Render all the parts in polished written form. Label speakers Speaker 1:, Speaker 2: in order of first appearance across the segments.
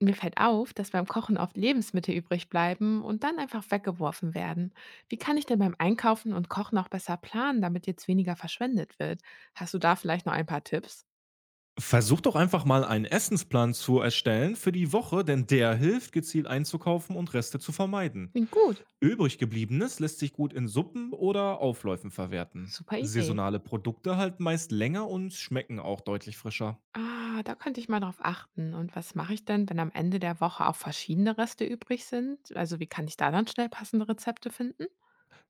Speaker 1: Mir fällt auf, dass beim Kochen oft Lebensmittel übrig bleiben und dann einfach weggeworfen werden. Wie kann ich denn beim Einkaufen und Kochen auch besser planen, damit jetzt weniger verschwendet wird? Hast du da vielleicht noch ein paar Tipps?
Speaker 2: Versuch doch einfach mal einen Essensplan zu erstellen für die Woche, denn der hilft, gezielt einzukaufen und Reste zu vermeiden.
Speaker 1: Klingt gut.
Speaker 2: Übrig gebliebenes lässt sich gut in Suppen oder Aufläufen verwerten.
Speaker 1: Super Idee.
Speaker 2: Saisonale Produkte halten meist länger und schmecken auch deutlich frischer.
Speaker 1: Ah, da könnte ich mal drauf achten. Und was mache ich denn, wenn am Ende der Woche auch verschiedene Reste übrig sind? Also wie kann ich da dann schnell passende Rezepte finden?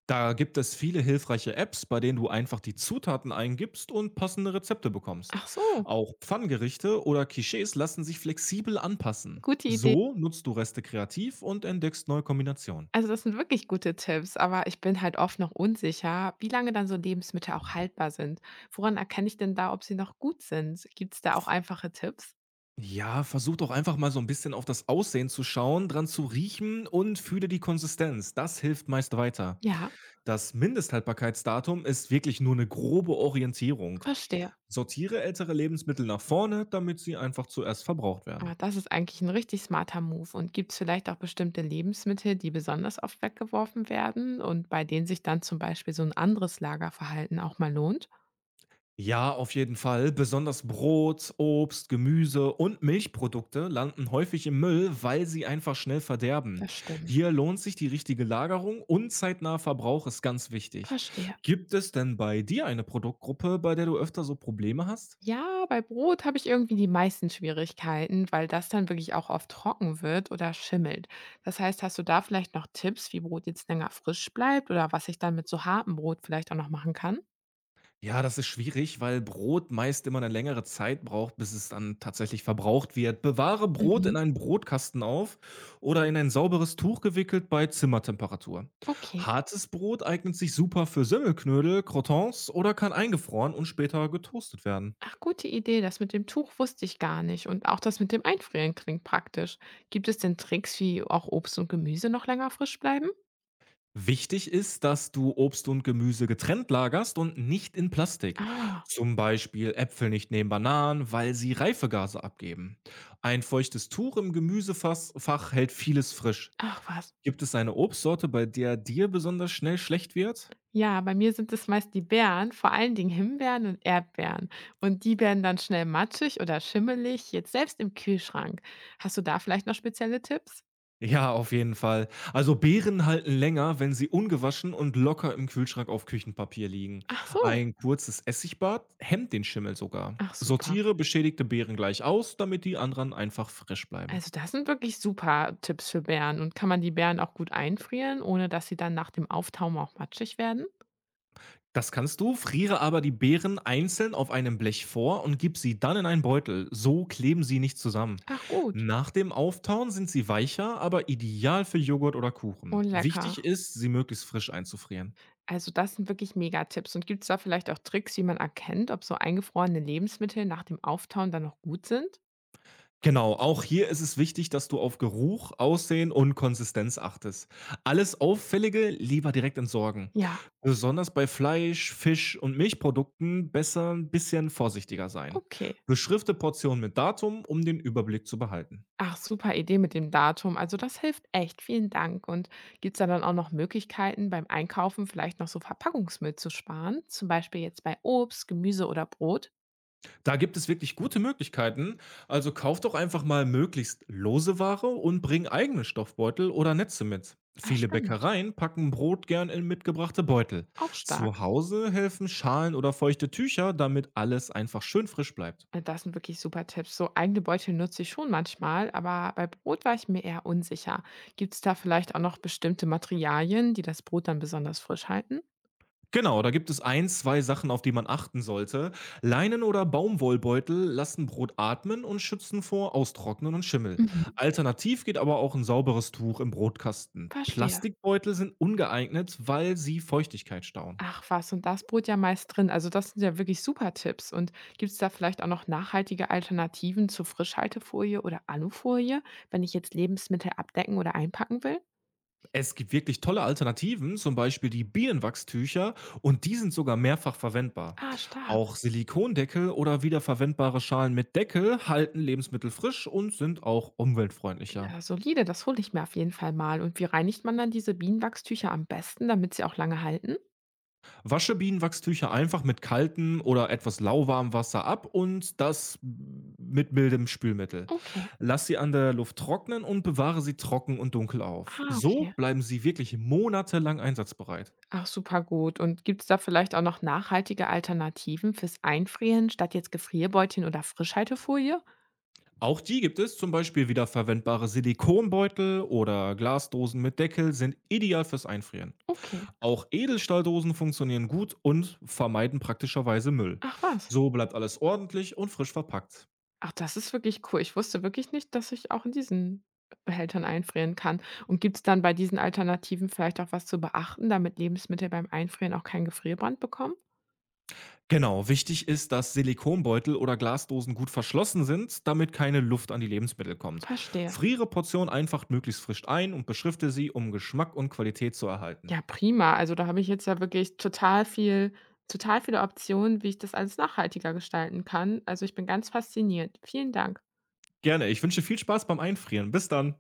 Speaker 2: Da gibt es viele hilfreiche Apps, bei denen du einfach die Zutaten eingibst und passende Rezepte bekommst.
Speaker 1: Ach so,
Speaker 2: Auch Pfanngerichte oder Quichés lassen sich flexibel anpassen.
Speaker 1: gute Idee.
Speaker 2: So nutzt du Reste kreativ und entdeckst neue Kombinationen.
Speaker 1: Also, das sind wirklich gute Tipps, aber ich bin halt oft noch unsicher, wie lange dann so Lebensmittel auch haltbar sind. Woran erkenne ich denn da, ob sie noch gut sind? Gibt es da auch einfache Tipps?
Speaker 2: Ja, versuch doch einfach mal so ein bisschen auf das Aussehen zu schauen, dran zu riechen und fühle die Konsistenz. Das hilft meist weiter.
Speaker 1: Ja,
Speaker 2: Das Mindesthaltbarkeitsdatum ist wirklich nur eine grobe Orientierung.
Speaker 1: verstehe.
Speaker 2: Sortiere ältere Lebensmittel nach vorne, damit sie einfach zuerst verbraucht werden.
Speaker 1: Aber das ist eigentlich ein richtig smarter Move. Und gibt es vielleicht auch bestimmte Lebensmittel, die besonders oft weggeworfen werden und bei denen sich dann zum Beispiel so ein anderes Lagerverhalten auch mal lohnt?
Speaker 2: Ja, auf jeden Fall. Besonders Brot, Obst, Gemüse und Milchprodukte landen häufig im Müll, weil sie einfach schnell verderben.
Speaker 1: Das stimmt.
Speaker 2: Hier lohnt sich die richtige Lagerung und zeitnaher Verbrauch ist ganz wichtig.
Speaker 1: Verstehe.
Speaker 2: Gibt es denn bei dir eine Produktgruppe, bei der du öfter so Probleme hast?
Speaker 1: Ja, bei Brot habe ich irgendwie die meisten Schwierigkeiten, weil das dann wirklich auch oft trocken wird oder schimmelt. Das heißt, hast du da vielleicht noch Tipps, wie Brot jetzt länger frisch bleibt oder was ich dann mit so hartem Brot vielleicht auch noch machen kann?
Speaker 2: Ja, das ist schwierig, weil Brot meist immer eine längere Zeit braucht, bis es dann tatsächlich verbraucht wird. Bewahre Brot in
Speaker 1: Mhm.
Speaker 2: einen Brotkasten auf oder in ein sauberes Tuch gewickelt bei Zimmertemperatur.
Speaker 1: Okay.
Speaker 2: Hartes Brot eignet sich super für Semmelknödel, Croutons oder kann eingefroren und später getoastet werden.
Speaker 1: Ach, gute Idee. Das mit dem Tuch wusste ich gar nicht. Und auch das mit dem Einfrieren klingt praktisch. Gibt es denn Tricks, wie auch Obst und Gemüse noch länger frisch bleiben?
Speaker 2: Wichtig ist, dass du Obst und Gemüse getrennt lagerst und nicht in Plastik.
Speaker 1: Ah,
Speaker 2: Zum Beispiel Äpfel nicht neben Bananen, weil sie Reifegase abgeben. Ein feuchtes Tuch im Gemüsefach hält vieles frisch.
Speaker 1: ach was.
Speaker 2: Gibt es eine Obstsorte, bei der dir besonders schnell schlecht wird?
Speaker 1: Ja, bei mir sind es meist die Beeren, vor allen Dingen Himbeeren und Erdbeeren. Und die werden dann schnell matschig oder schimmelig, jetzt selbst im Kühlschrank. Hast du da vielleicht noch spezielle Tipps?
Speaker 2: Ja, auf jeden Fall. Also Beeren halten länger, wenn sie ungewaschen und locker im Kühlschrank auf Küchenpapier liegen.
Speaker 1: Ach so.
Speaker 2: Ein kurzes Essigbad hemmt den Schimmel sogar.
Speaker 1: Ach super.
Speaker 2: Sortiere beschädigte Beeren gleich aus, damit die anderen einfach frisch bleiben.
Speaker 1: Also das sind wirklich super Tipps für Beeren. Und kann man die Beeren auch gut einfrieren, ohne dass sie dann nach dem Auftauen auch matschig werden?
Speaker 2: Das kannst du, friere aber die Beeren einzeln auf einem Blech vor und gib sie dann in einen Beutel. So kleben sie nicht zusammen.
Speaker 1: Ach gut.
Speaker 2: Nach dem Auftauen sind sie weicher, aber ideal für Joghurt oder Kuchen.
Speaker 1: Und
Speaker 2: Wichtig
Speaker 1: lecker.
Speaker 2: ist, sie möglichst frisch einzufrieren.
Speaker 1: Also das sind wirklich Mega-Tipps. Und gibt es da vielleicht auch Tricks, wie man erkennt, ob so eingefrorene Lebensmittel nach dem Auftauen dann noch gut sind?
Speaker 2: Genau, auch hier ist es wichtig, dass du auf Geruch, Aussehen und Konsistenz achtest. Alles Auffällige lieber direkt entsorgen.
Speaker 1: Ja,
Speaker 2: Besonders bei Fleisch, Fisch und Milchprodukten besser ein bisschen vorsichtiger sein.
Speaker 1: okay.
Speaker 2: Beschrifte Portionen mit Datum, um den Überblick zu behalten.
Speaker 1: Ach, super Idee mit dem Datum. Also das hilft echt. Vielen Dank. Und gibt's da dann auch noch Möglichkeiten, beim Einkaufen vielleicht noch so Verpackungsmüll zu sparen? Zum Beispiel jetzt bei Obst, Gemüse oder Brot?
Speaker 2: Da gibt es wirklich gute Möglichkeiten. Also kauf doch einfach mal möglichst lose Ware und bring eigene Stoffbeutel oder Netze mit.
Speaker 1: Ach,
Speaker 2: Viele
Speaker 1: stimmt.
Speaker 2: Bäckereien packen Brot gern in mitgebrachte Beutel.
Speaker 1: Auch
Speaker 2: Zu
Speaker 1: stark.
Speaker 2: Hause helfen Schalen oder feuchte Tücher, damit alles einfach schön frisch bleibt.
Speaker 1: Das sind wirklich super Tipps. So eigene Beutel nutze ich schon manchmal, aber bei Brot war ich mir eher unsicher. Gibt's da vielleicht auch noch bestimmte Materialien, die das Brot dann besonders frisch halten?
Speaker 2: Genau, da gibt es ein, 2 Sachen, auf die man achten sollte. Leinen oder Baumwollbeutel lassen Brot atmen und schützen vor Austrocknen und Schimmel.
Speaker 1: Mhm.
Speaker 2: Alternativ geht aber auch ein sauberes Tuch im Brotkasten.
Speaker 1: Verstehe.
Speaker 2: Plastikbeutel sind ungeeignet, weil sie Feuchtigkeit stauen.
Speaker 1: Ach was, und da ist Brot ja meist drin. Also das sind ja wirklich super Tipps. Und gibt es da vielleicht auch noch nachhaltige Alternativen zu Frischhaltefolie oder Alufolie, wenn ich jetzt Lebensmittel abdecken oder einpacken will?
Speaker 2: Es gibt wirklich tolle Alternativen, zum Beispiel die Bienenwachstücher und die sind sogar mehrfach verwendbar.
Speaker 1: Ah, stark.
Speaker 2: Auch Silikondeckel oder wiederverwendbare Schalen mit Deckel halten Lebensmittel frisch und sind auch umweltfreundlicher.
Speaker 1: Ja, solide, das hole ich mir auf jeden Fall mal. Und wie reinigt man dann diese Bienenwachstücher am besten, damit sie auch lange halten?
Speaker 2: Wasche Bienenwachstücher einfach mit kaltem oder etwas lauwarmem Wasser ab und das mit mildem Spülmittel.
Speaker 1: Okay.
Speaker 2: Lass sie an der Luft trocknen und bewahre sie trocken und dunkel auf.
Speaker 1: Ah,
Speaker 2: So
Speaker 1: okay.
Speaker 2: bleiben sie wirklich monatelang einsatzbereit.
Speaker 1: Ach, super gut. Und gibt es da vielleicht auch noch nachhaltige Alternativen fürs Einfrieren statt jetzt Gefrierbeutchen oder Frischhaltefolie?
Speaker 2: Auch die gibt es, zum Beispiel wiederverwendbare Silikonbeutel oder Glasdosen mit Deckel sind ideal fürs Einfrieren.
Speaker 1: Okay.
Speaker 2: Auch Edelstahldosen funktionieren gut und vermeiden praktischerweise Müll.
Speaker 1: Ach was.
Speaker 2: So bleibt alles ordentlich und frisch verpackt.
Speaker 1: Ach, das ist wirklich cool. Ich wusste wirklich nicht, dass ich auch in diesen Behältern einfrieren kann. Und gibt es dann bei diesen Alternativen vielleicht auch was zu beachten, damit Lebensmittel beim Einfrieren auch keinen Gefrierbrand bekommen?
Speaker 2: Genau, wichtig ist, dass Silikonbeutel oder Glasdosen gut verschlossen sind, damit keine Luft an die Lebensmittel kommt.
Speaker 1: Verstehe.
Speaker 2: Friere Portionen einfach möglichst frisch ein und beschrifte sie, um Geschmack und Qualität zu erhalten.
Speaker 1: Ja, prima. Also da habe ich jetzt ja wirklich total viele Optionen, wie ich das alles nachhaltiger gestalten kann. Also, ich bin ganz fasziniert. Vielen Dank.
Speaker 2: Gerne, ich wünsche viel Spaß beim Einfrieren. Bis dann.